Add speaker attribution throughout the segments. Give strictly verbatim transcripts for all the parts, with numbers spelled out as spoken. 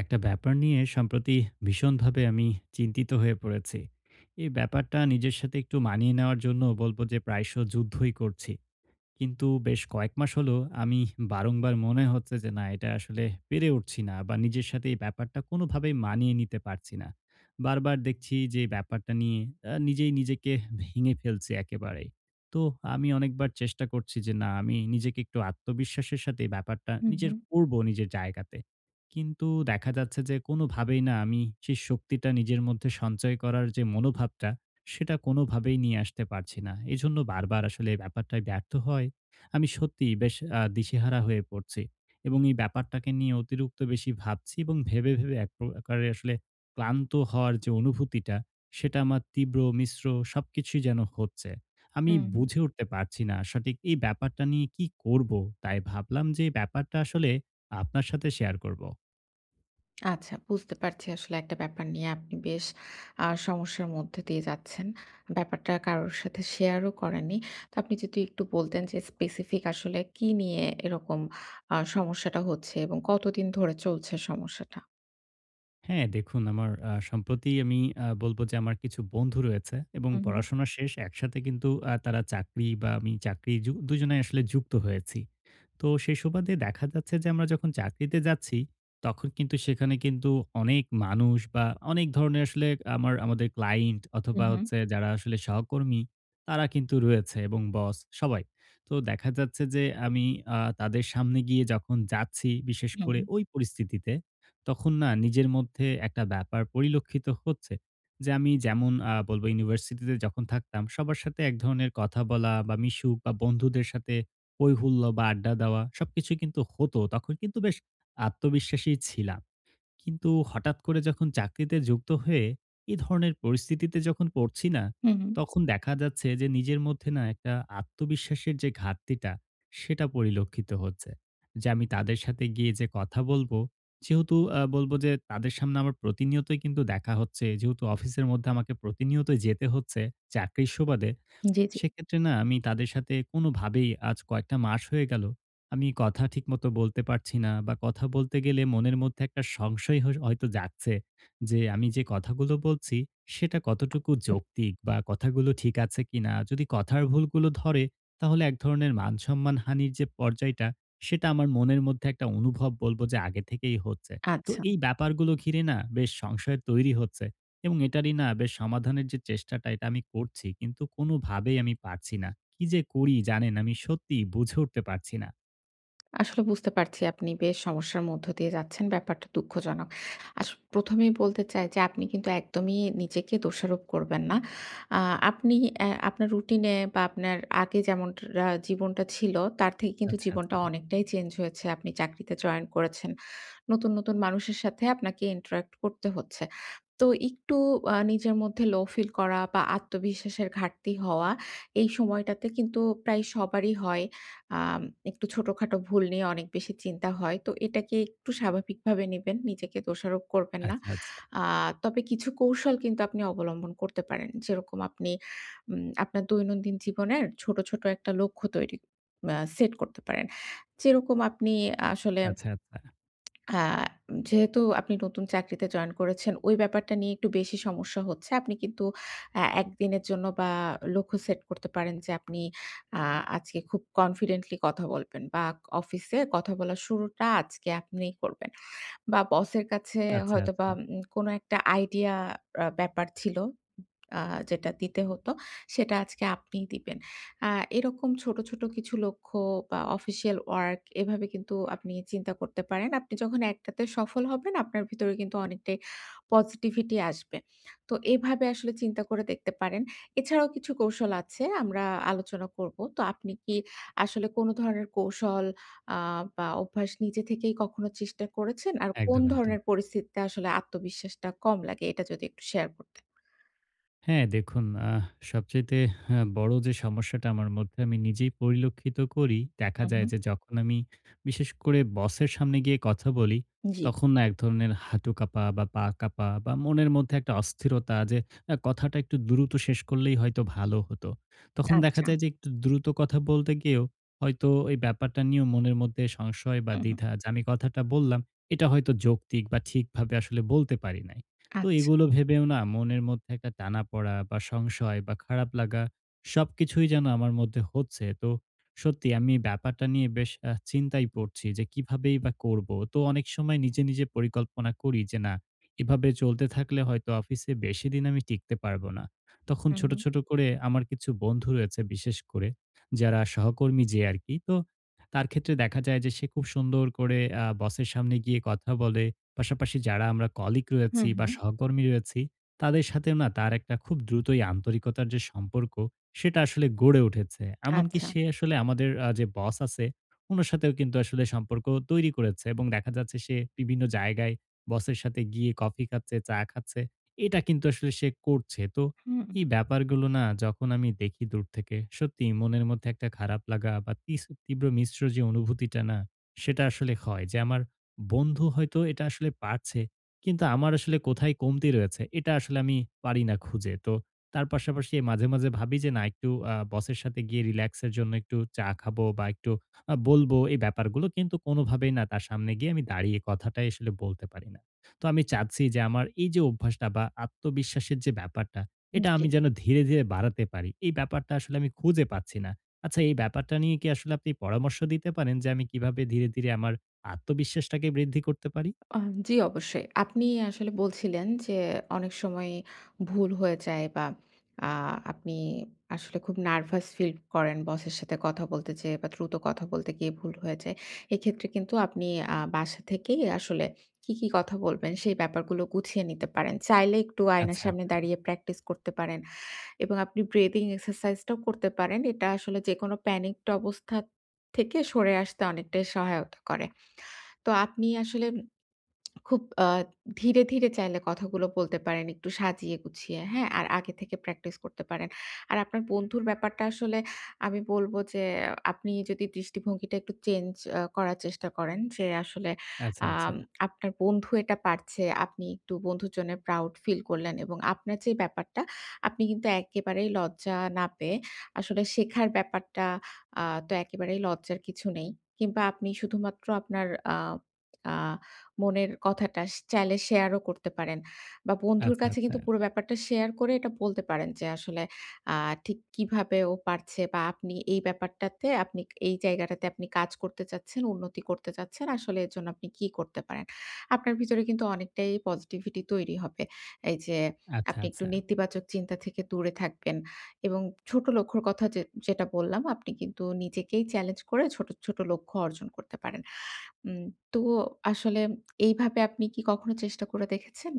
Speaker 1: একটা ব্যাপার নিয়ে সম্প্রতি ভীষণভাবে আমি চিন্তিত হয়ে পড়েছি। এই ব্যাপারটা নিজের সাথে একটু মানিয়ে নেওয়ার জন্য বলব যে প্রায়শ যুদ্ধই করছি। কিন্তু বেশ কয়েক মাস হলো আমি বারংবার মনে হচ্ছে যে না, এটা আসলে পেরে উঠছি না বা নিজের সাথে এই ব্যাপারটা কোনোভাবেই মানিয়ে নিতে পারছি না। বারবার দেখছি যে এই ব্যাপারটা নিয়ে আ নিজেই নিজেকে ভেঙে ফেলছি একেবারেই। তো আমি অনেকবার চেষ্টা করছি যে না, আমি নিজেকে একটু আত্মবিশ্বাসের সাথে এই ব্যাপারটা
Speaker 2: হুম,
Speaker 1: নিজের
Speaker 2: হুম,
Speaker 1: করব, নিজের জায়গাতে। কিন্তু দেখা যাচ্ছে যে কোনোভাবেই না, আমি সেই শক্তিটা নিজের মধ্যে সঞ্চয় করার যে মনোভাবটা, সেটা কোনোভাবেই নিয়ে আসতে পারছি না। এজন্য বারবার আসলে এই ব্যাপারটায় ব্যর্থ হয়। আমি সত্যিই বেশ আ দিশেহারা হয়ে পড়ছি, এবং এই ব্যাপারটাকে নিয়ে অতিরিক্ত বেশি ভাবছি, এবং ভেবে, ভেবে এক প্রকারে আসলে ক্লান্ত হওয়ার যে অনুভূতিটা, সেটা আমার তীব্র মিশ্র, সবকিছুই যেন হচ্ছে। আমি
Speaker 2: হুম, হুম।
Speaker 1: বুঝে উঠতে পারছি না সঠিক এই ব্যাপারটা নিয়ে কি করব? তাই ভাবলাম যে এই ব্যাপারটা আসলে আপনার সাথে শেয়ার করব।
Speaker 2: আচ্ছা, বুঝতে পারছি আসলে একটা ব্যাপার নিয়ে আপনি বেশ আ সমস্যার মধ্যে দিয়ে যাচ্ছেন। ব্যাপারটা কারোর সাথে শেয়ারও করেননি। তো আপনি যদি একটু বলতেন যে স্পেসিফিক আসলে কি নিয়ে এরকম আ সমস্যাটা হচ্ছে এবং কতদিন ধরে চলছে সমস্যাটা?
Speaker 1: হ্যাঁ, দেখুন, আমার আ সম্প্রতি আমি আ বলব যে আমার কিছু বন্ধু রয়েছে, এবং
Speaker 2: হুম, হুম,
Speaker 1: পড়াশোনা শেষ একসাথে, কিন্তু আ তারা চাকরি বা আমি চাকরি যু দুজনে আসলে যুক্ত হয়েছি। তো সেই সুবাদে দেখা যাচ্ছে যে আমরা যখন চাকরিতে যাচ্ছি, তখন কিন্তু সেখানে কিন্তু অনেক মানুষ বা অনেক ধরনের আসলে আমার, আমাদের ক্লায়েন্ট
Speaker 2: হুম,
Speaker 1: অথবা
Speaker 2: হুম,
Speaker 1: হচ্ছে যারা আসলে সহকর্মী, তারা কিন্তু রয়েছে এবং বস সবাই। তো দেখা যাচ্ছে যে আমি আ তাদের সামনে গিয়ে যখন যাচ্ছি, বিশেষ
Speaker 2: হুম,
Speaker 1: করে ওই পরিস্থিতিতে, তখন না, নিজের মধ্যে একটা ব্যাপার পরিলক্ষিত হচ্ছে যে আমি, যেমন আ বলব, ইউনিভার্সিটিতে যখন থাকতাম, সবার সাথে এক ধরনের কথা বলা বা মিশুক বা বন্ধুদের সাথে হৈ হুল্লোড় বা আড্ডা দেওয়া সবকিছুই কিন্তু হতো। তখন কিন্তু বেশ আত্মবিশ্বাসী ছিলাম। কিন্তু হঠাৎ করে যখন চাকরিতে যুক্ত হয়ে এ ধরনের পরিস্থিতিতে যখন পড়ছি না,
Speaker 2: হুম, হুম।
Speaker 1: তখন দেখা যাচ্ছে যে নিজের মধ্যে না, একটা আত্মবিশ্বাসের যে ঘাটতিটা, সেটা পরিলক্ষিত হচ্ছে। যে আমি তাদের সাথে গিয়ে যে কথা বলবো, যেহেতু আ বলব যে তাদের সামনে আমার প্রতিনিয়তই কিন্তু দেখা হচ্ছে। যেহেতু অফিসের মধ্যে আমাকে প্রতিনিয়তই যেতে হচ্ছে চাকরির সুবাদে।
Speaker 2: জি, জি।
Speaker 1: সেক্ষেত্রে না, আমি তাদের সাথে কোনোভাবেই, আজ কয়েকটা মাস হয়ে গেল। আমি কথা ঠিকমতো বলতে পারছি না, বা কথা বলতে গেলে মনের মধ্যে একটা সংশয় হস হয়তো জাগছে যে আমি যে কথাগুলো বলছি, সেটা কতটুকু যৌক্তিক বা কথাগুলো ঠিক আছে কিনা? যদি কথার ভুলগুলো ধরে, তাহলে এক ধরনের মান-সম্মান হানির যে পর্যায়টা, সেটা আমার মনের মধ্যে একটা অনুভব, বলব যে আগে থেকেই হচ্ছে। তো
Speaker 2: আচ্ছা।
Speaker 1: এই ব্যাপারগুলো ঘিরে না, বেশ সংশয় তৈরি হচ্ছে। এবং এটারই না, বেশ সমাধানের যে চেষ্টাটা এটা আমি করছি, কিন্তু কোনোভাবেই আমি পারছি না। কি যে করি জানেন, আমি সত্যিই বুঝে উঠতে পারছি না।
Speaker 2: আসলে বুঝতে পারছি আপনি বেশ সমস্যার মধ্য দিয়ে যাচ্ছেন। ব্যাপারটা দুঃখজনক। আস প্রথম এই বলতে চাই যে আপনি কিন্তু একদমই নিজেকে দোষারোপ করবেন না। আ আপনি অ্যা আপনার রুটিনে বা আপনার আগে যেমনটা জীবনটা ছিল তার থেকে কিন্তু
Speaker 1: আচ্ছা,
Speaker 2: জীবনটা
Speaker 1: আচ্ছা।
Speaker 2: অনেকটাই চেঞ্জ হয়েছে। আপনি চাকরিতে জয়েন করেছেন। নতুন, নতুন মানুষের সাথে আপনাকে interact করতে হচ্ছে। তো একটু আ নিজের মধ্যে লো ফিল করা বা আত্মবিশ্বাসের ঘাটতি হওয়া এই সময়টাতে কিন্তু প্রায় সবারই হয়। আম একটু ছোটখাটো ভুল নিয়ে অনেক বেশি চিন্তা হয়। তো এটাকে একটু স্বাভাবিকভাবে নিবেন। নিজেকে দোষারোপ করবেন না।
Speaker 1: আচ্ছা, আচ্ছা।
Speaker 2: আ তবে কিছু কৌশল কিন্তু আপনি অবলম্বন করতে পারেন। যেরকম আপনি উম আপনার দৈনন্দিন জীবনের ছোট, ছোট একটা লক্ষ্য তৈরি আ সেট করতে পারেন। যেরকম আপনি আসলে
Speaker 1: আচ্ছা, আচ্ছা।
Speaker 2: আ যেহেতু আপনি নতুন চাকরিতে জয়েন করেছেন, ওই ব্যাপারটা নিয়ে একটু বেশি সমস্যা হচ্ছে। আপনি কিন্তু আ একদিনের জন্য বা লক্ষ্য সেট করতে পারেন যে আপনি আ আজকে খুব কনফিডেন্টলি কথা বলবেন বা অফিসে কথা বলার শুরুটা আজকে আপনিই করবেন। বা বসের কাছে
Speaker 1: আচ্ছা,
Speaker 2: হয়তোবা
Speaker 1: আচ্ছা।
Speaker 2: উম কোনো একটা আইডিয়া আ ব্যাপার ছিল আ যেটা দিতে হতো, সেটা আজকে আপনিই দিবেন। আ এরকম ছোট, ছোট কিছু লক্ষ্য বা অফিসিয়াল ওয়ার্ক এভাবে কিন্তু আপনি চিন্তা করতে পারেন। আপনি যখন একটাতে সফল হবেন, আপনার ভিতরে কিন্তু অনেকটাই পজিটিভিটি আসবে। তো এভাবে আসলে চিন্তা করে দেখতে পারেন। এছাড়াও কিছু কৌশল আছে, আমরা আলোচনা করব। তো আপনি কি আসলে কোনো ধরনের কৌশল আ বা অভ্যাস নিজে থেকেই কখনো চেষ্টা করেছেন? আর কোন
Speaker 1: একদম, একদম।
Speaker 2: ধরনের পরিস্থিতিতে আসলে আত্মবিশ্বাসটা কম লাগে? এটা যদি একটু শেয়ার করতেন।
Speaker 1: হ্যাঁ, দেখুন, আহ সবচাইতে, হ্যাঁ, বড় যে সমস্যাটা আমার মধ্যে আমি নিজেই পরিলক্ষিত করি, দেখা
Speaker 2: উহু।
Speaker 1: যায় যে যখন আমি বিশেষ করে বসের সামনে গিয়ে কথা বলি,
Speaker 2: জি,
Speaker 1: তখন না, এক ধরনের হাঁটু কাঁপা বা পা কাঁপা বা মনের মধ্যে একটা অস্থিরতা যে আ কথাটা একটু দ্রুত শেষ করলেই হয়তো ভালো হতো। তখন দেখা
Speaker 2: আচ্ছা।
Speaker 1: যায় যে একটু দ্রুত কথা বলতে গিয়েও হয়তো এই ব্যাপারটা নিয়েও মনের মধ্যে সংশয় বা
Speaker 2: হুম, হুম।
Speaker 1: দ্বিধা, যে আমি কথাটা বললাম, এটা হয়তো যৌক্তিক বা ঠিকভাবে আসলে বলতে পারি নাই। তো
Speaker 2: আচ্ছা।
Speaker 1: এগুলো ভেবেও না, মনের মধ্যে একটা টানাপড়া বা সংশয় বা খারাপ লাগা, সবকিছুই যেন আমার মধ্যে হচ্ছে। তো সত্যি আমি ব্যাপারটা নিয়ে বেশ আ চিন্তায় পড়ছি যে কিভাবেই বা করব। তো অনেক সময় নিজে, নিজে পরিকল্পনা করি যে না, এভাবে চলতে থাকলে হয়তো অফিসে বেশিদিন আমি টিকতে পারবো না। তখন
Speaker 2: হুম,
Speaker 1: ছোট,
Speaker 2: হুম।
Speaker 1: ছোট করে আমার কিছু বন্ধু রয়েছে, বিশেষ করে যারা সহকর্মী যে আরকি। তো তার ক্ষেত্রে দেখা যায় যে সে খুব সুন্দর করে আ বসের সামনে গিয়ে কথা বলে। পাশাপাশি যারা আমরা কলিগ রয়েছি
Speaker 2: হুম,
Speaker 1: বা
Speaker 2: হুম।
Speaker 1: সহকর্মী রয়েছি, তাদের সাথেও না, তার একটা খুব দ্রুতই আন্তরিকতার যে সম্পর্ক, সেটা আসলে গড়ে উঠেছে। এমনকি
Speaker 2: আচ্ছা।
Speaker 1: সে আসলে আমাদের আ যে বস আছে, উনার সাথেও কিন্তু আসলে সম্পর্ক তৈরি করেছে এবং দেখা যাচ্ছে সে বিভিন্ন জায়গায় বসের সাথে গিয়ে কফি খাচ্ছে, চা খাচ্ছে। এটা কিন্তু আসলে সে করছে। তো
Speaker 2: হুম,
Speaker 1: এই ব্যাপারগুলো না, যখন আমি দেখি দূর থেকে, সত্যিই মনের মধ্যে একটা খারাপ লাগা বা তিস তীব্র মিশ্র যে অনুভূতিটা না, সেটা আসলে হয় যে আমার বন্ধু হয়তো এটা আসলে পারছে। কিন্তু আমার আসলে কোথায় কমতি রয়েছে, এটা আসলে আমি পারি না খুঁজে। তো তার পাশাপাশি মাঝে, মাঝে ভাবি যে না, একটু আ বসের সাথে গিয়ে রিল্যাক্স এর জন্য একটু চা খাবো বা একটু আ বলবো, এই ব্যাপারগুলো কিন্তু কোনোভাবেই না, তার সামনে গিয়ে আমি দাঁড়িয়ে কথাটাই আসলে বলতে পারি না। তো আমি চাচ্ছি যে আমার এই যে অভ্যাসটা বা আত্মবিশ্বাসের যে ব্যাপারটা, এটা
Speaker 2: জি।
Speaker 1: আমি যেন ধীরে, ধীরে বাড়াতে পারি। এই ব্যাপারটা আসলে আমি খুঁজে পাচ্ছি না। আচ্ছা, এই ব্যাপারটা নিয়ে কি আসলে আপনি পরামর্শ দিতে পারেন যে আমি কিভাবে ধীরে, ধীরে আমার আত্মবিশ্বাসটাকে বৃদ্ধি করতে পারি?
Speaker 2: আ জি, অবশ্যই। আপনি আসলে বলছিলেন যে, অনেক সময় ভুল হয়ে যায় বা আ আপনি আসলে খুব নার্ভাস ফিল করেন বসের সাথে কথা বলতে যেয়ে বা দ্রুত কথা বলতে গিয়ে ভুল হয়ে যায়। এক্ষেত্রে কিন্তু আপনি আ বাসা থেকেই আসলে কি, কি কথা বলবেন সেই ব্যাপারগুলো গুছিয়ে নিতে পারেন। চাইলে একটু আয়নার
Speaker 1: আচ্ছা,
Speaker 2: সামনে
Speaker 1: আচ্ছা,
Speaker 2: দাঁড়িয়ে প্র্যাকটিস করতে পারেন। এবং আপনি ব্রিদিং এক্সারসাইজটাও করতে পারেন। এটা আসলে যেকোনো প্যানিকড অবস্থা থেকে সরে আসতে অনেকটাই সহায়তা করে। তো আপনি আসলে খুব আ ধীরে, ধীরে চাইলে কথাগুলো বলতে পারেন একটু সাজিয়ে গুছিয়ে, হ্যাঁ? আর আগে থেকে প্র্যাকটিস করতে পারেন। আর আপনার বন্ধুর ব্যাপারটা আসলে আমি বলব যে আপনি যদি দৃষ্টিভঙ্গিটা একটু চেঞ্জ আ করার চেষ্টা করেন যে আসলে
Speaker 1: আচ্ছা। আচ্ছা,
Speaker 2: আম
Speaker 1: আচ্ছা,
Speaker 2: আপনার বন্ধু এটা পারছে, আপনি একটু বন্ধুর জন্য প্রাউড ফিল করলেন এবং আপনার যে ব্যাপারটা আপনি কিন্তু একেবারেই লজ্জা না পেয়ে আসলে শেখার ব্যাপারটা আ তো একেবারেই লজ্জার কিছু নেই। কিংবা আপনি শুধুমাত্র আপনার আ আ মনের কথাটা স চাইলে শেয়ারও করতে পারেন। বা বন্ধুর কাছে
Speaker 1: আচ্ছা।
Speaker 2: কিন্তু পুরো ব্যাপারটা শেয়ার করে এটা বলতে পারেন যে আসলে আ ঠিক কিভাবে ও পারছে বা আপনি এই ব্যাপারটাতে আপনি এই জায়গাটাতে আপনি কাজ করতে চাচ্ছেন, উন্নতি করতে চাচ্ছেন। আসলে এর জন্য আপনি কি করতে পারেন? আপনার ভিতরে কিন্তু অনেকটাই পজিটিভিটি তৈরি হবে। এই যে
Speaker 1: আচ্ছা,
Speaker 2: আপনি একটু
Speaker 1: আচ্ছা।
Speaker 2: নেতিবাচক চিন্তা থেকে দূরে থাকবেন। এবং ছোট লক্ষ্যর কথা যে যেটা বললাম, আপনি কিন্তু নিজেকেই চ্যালেঞ্জ করে ছোট, ছোট লক্ষ্য অর্জন করতে পারেন। উম তো আসলে এইভাবে আপনি কি কখনো চেষ্টা করে দেখেছেন?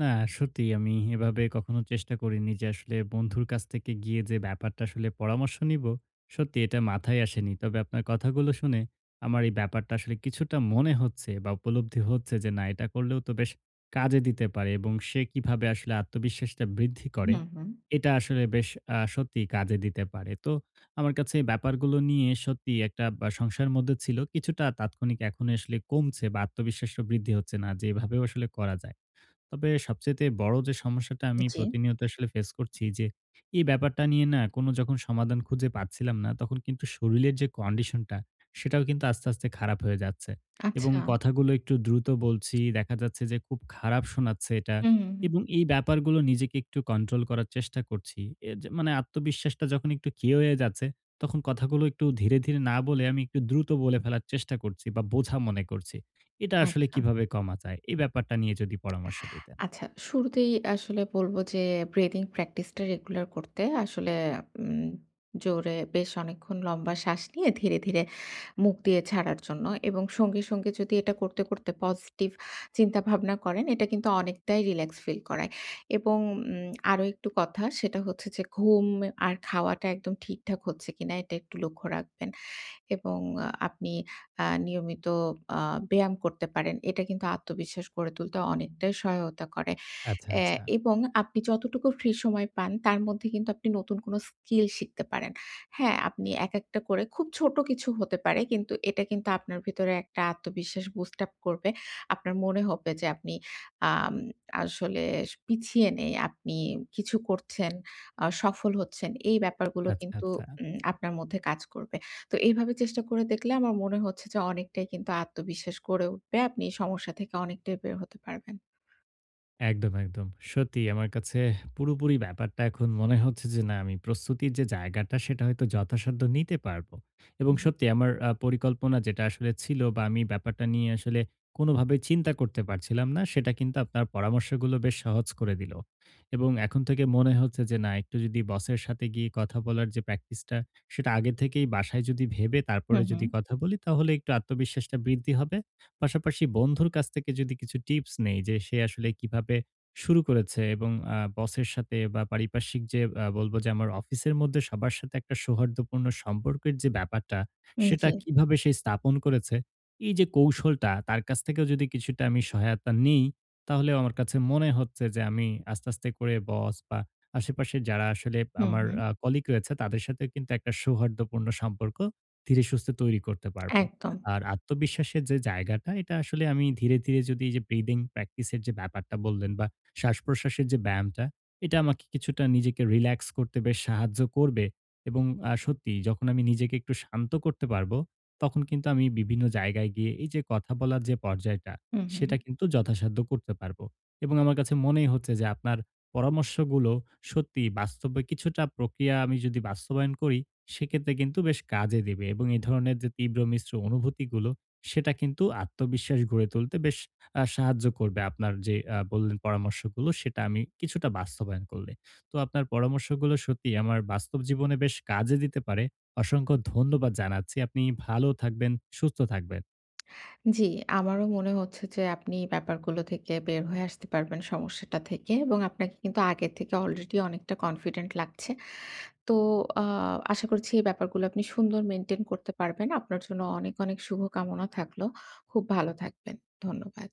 Speaker 1: না, সত্যিই আমি এভাবে কখনো চেষ্টা করিনি যে আসলে বন্ধুর কাছ থেকে গিয়ে যে ব্যাপারটা আসলে পরামর্শ নিবো, সত্যি এটা মাথায় আসেনি। তবে আপনার কথাগুলো শুনে আমার এই ব্যাপারটা আসলে কিছুটা মনে হচ্ছে বা উপলব্ধি হচ্ছে যে না, এটা করলেও তো বেশ কাজে দিতে পারে, এবং সে কিভাবে আসলে আত্মবিশ্বাসটা বৃদ্ধি
Speaker 2: হুম,
Speaker 1: করে,
Speaker 2: হুম।
Speaker 1: এটা আসলে বেশ আ সত্যিই কাজে দিতে পারে। তো আমার কাছে এই ব্যাপারগুলো নিয়ে সত্যিই একটা বা সংশয়ের মধ্যে ছিল। কিছুটা তাৎক্ষণিক এখন আসলে কমছে বা আত্মবিশ্বাসও বৃদ্ধি হচ্ছে, না যে এভাবেও আসলে করা যায়। তবে সবচাইতে বড় যে সমস্যাটা আমি
Speaker 2: জি।
Speaker 1: প্রতিনিয়ত আসলে ফেস করছি যে, এই ব্যাপারটা নিয়ে না, কোনো যখন সমাধান খুঁজে পাচ্ছিলাম না, তখন কিন্তু শরীরের যে কন্ডিশনটা, সেটাও কিন্তু আস্তে, আস্তে খারাপ হয়ে যাচ্ছে। এবং
Speaker 2: আচ্ছা।
Speaker 1: কথাগুলো একটু দ্রুত বলছি, দেখা যাচ্ছে যে খুব খারাপ শোনাচ্ছে এটা।
Speaker 2: হুম, হুম, হুম।
Speaker 1: এবং এই ব্যাপারগুলো নিজেকে একটু কন্ট্রোল করার চেষ্টা করছি। এ যে মানে আত্মবিশ্বাসটা যখন একটু ক্ষীণ হয়ে যাচ্ছে, তখন কথাগুলো একটু ধীরে, ধীরে না বলে আমি একটু দ্রুত বলে ফেলার চেষ্টা করছি বা বোঝা মনে করছি। এটা আসলে
Speaker 2: আচ্ছা।
Speaker 1: কিভাবে কমা যায়? এই ব্যাপারটা নিয়ে যদি পরামর্শ দিতেন।
Speaker 2: আচ্ছা, শুরুতেই আসলে বলব যে ব্রিদিং প্র্যাকটিসটা রেগুলার করতে আসলে উম জোরে বেশ অনেকক্ষণ লম্বা শ্বাস নিয়ে ধীরে, ধীরে মুখ দিয়ে ছাড়ার জন্য এবং সঙ্গে, সঙ্গে যদি এটা করতে, করতে পজিটিভ চিন্তাভাবনা করেন এটা কিন্তু অনেকটাই রিল্যাক্স ফিল করায়। এবং উম আরো একটু কথা সেটা হচ্ছে যে ঘুম আর খাওয়াটা একদম ঠিকঠাক হচ্ছে কিনা এটা একটু লক্ষ্য রাখবেন। এবং আ আপনি আ নিয়মিত আ ব্যায়াম করতে পারেন। এটা কিন্তু আত্মবিশ্বাস গড়ে তুলতে অনেকটাই সহায়তা করে।
Speaker 1: আচ্ছা,
Speaker 2: অ্যা
Speaker 1: আচ্ছা।
Speaker 2: এবং আপনি যতটুকু ফ্রি সময় পান তার মধ্যে কিন্তু আপনি নতুন কোনো স্কিল শিখতে পারেন। হ্যাঁ, আপনি এক একটা করে খুব ছোট কিছু হতে পারে কিন্তু এটা কিন্তু আপনার ভিতরে একটা আত্মবিশ্বাস বুস্ট আপ করবে। আপনার মনে হবে যে আপনি আম আসলে পিছিয়ে নেই। আপনি কিছু করছেন, আ সফল হচ্ছেন। এই ব্যাপারগুলো
Speaker 1: আচ্ছা,
Speaker 2: কিন্তু
Speaker 1: আচ্ছা।
Speaker 2: উম আপনার মধ্যে কাজ করবে। তো এইভাবে চেষ্টা করে দেখলে আমার মনে হচ্ছে যে অনেকটাই কিন্তু আত্মবিশ্বাস গড়ে উঠবে। আপনি এই সমস্যা থেকে অনেকটাই বের হতে পারবেন।
Speaker 1: একদম, একদম। সত্যি আমার কাছে পুরোপুরি ব্যাপারটা এখন মনে হচ্ছে যে না, আমি প্রস্তুতির যে জায়গাটা, সেটা হয়তো যথাসাধ্য নিতে পারবো। এবং
Speaker 2: হুম,
Speaker 1: সত্যি আমার আ পরিকল্পনা যেটা আসলে ছিল বা আমি ব্যাপারটা নিয়ে আসলে কোনোভাবে চিন্তা করতে পারছিলাম না, সেটা কিন্তু আপনার পরামর্শগুলো বেশ সহজ করে দিল। এবং এখন থেকে মনে হচ্ছে যে না, একটু যদি বসের সাথে গিয়ে কথা বলার যে প্র্যাকটিসটা, সেটা আগে থেকেই বাসায় যদি ভেবে
Speaker 2: হুম,
Speaker 1: তারপরে
Speaker 2: হুম,
Speaker 1: যদি কথা বলি, তাহলে একটু আত্মবিশ্বাসটা বৃদ্ধি হবে। পাশাপাশি বন্ধুর কাছ থেকে যদি কিছু টিপস নেই যে সে আসলে কিভাবে শুরু করেছে, এবং আহ, বসের সাথে বা পারিপার্শ্বিক যে আহ, বলবো যে আমার অফিসের মধ্যে সবার সাথে একটা সৌহার্দ্যপূর্ণ সম্পর্কের যে ব্যাপারটা,
Speaker 2: উম
Speaker 1: সেটা
Speaker 2: জি।
Speaker 1: কিভাবে সে স্থাপন করেছে, এই যে কৌশলটা তার কাছ থেকেও যদি কিছুটা আমি সহায়তা নিই, তাহলে আমার কাছে মনে হচ্ছে যে আমি আস্তে আস্তে করে বস বা আশেপাশে যারা আসলে
Speaker 2: হুম,
Speaker 1: আমার
Speaker 2: হুম,
Speaker 1: কলিগ রয়েছে, তাদের সাথে কিন্তু একটা সৌহার্দ্যপূর্ণ সম্পর্ক ধীরে সুস্থে তৈরি করতে পারবো।
Speaker 2: একদম।
Speaker 1: আর আত্মবিশ্বাসের যে জায়গাটা, এটা আসলে আমি ধীরে, ধীরে যদি, এই যে ব্রিদিং প্র্যাকটিসের যে ব্যাপারটা বললেন, বা শ্বাস-প্রশ্বাসের যে ব্যায়ামটা, এটা আমাকে কিছুটা নিজেকে রিল্যাক্স করতে বেশ সাহায্য করবে। এবং আ সত্যিই যখন আমি নিজেকে একটু শান্ত করতে পারবো, তখন কিন্তু আমি বিভিন্ন জায়গায় গিয়ে এই যে কথা বলার যে পর্যায়টা,
Speaker 2: হুম, হুম,
Speaker 1: সেটা
Speaker 2: হুম।
Speaker 1: কিন্তু যথাসাধ্য করতে পারবো। এবং আমার কাছে মনেই হচ্ছে যে আপনার পরামর্শগুলো সত্যিই বাস্তবে কিছুটা প্রক্রিয়া আমি যদি বাস্তবায়ন করি, সেক্ষেত্রে কিন্তু বেশ কাজে দেবে। এবং এই ধরনের যে তীব্র মিশ্র অনুভূতিগুলো, সেটা কিন্তু আত্মবিশ্বাস গড়ে তুলতে বেশ আহ, সাহায্য করবে। আপনার যে আহ, বললেন পরামর্শগুলো, সেটা আমি কিছুটা বাস্তবায়ন করলে, তো আপনার পরামর্শগুলো সত্যি আমার বাস্তব জীবনে বেশ কাজে দিতে পারে। অসংখ্য ধন্যবাদ জানাচ্ছি। আপনি ভালো থাকবেন, সুস্থ থাকবেন।
Speaker 2: জি, আমারও মনে হচ্ছে যে আপনি এই ব্যাপারগুলো থেকে বের হয়ে আসতে পারবেন সমস্যাটা থেকে এবং আপনাকে কিন্তু আগে থেকে অলরেডি অনেকটা কনফিডেন্ট লাগছে। তো আ আশা করছি এই ব্যাপারগুলো আপনি সুন্দর মেইনটেইন করতে পারবেন। আপনার জন্য অনেক, অনেক শুভকামনা থাকলো। খুব ভালো থাকবেন। ধন্যবাদ।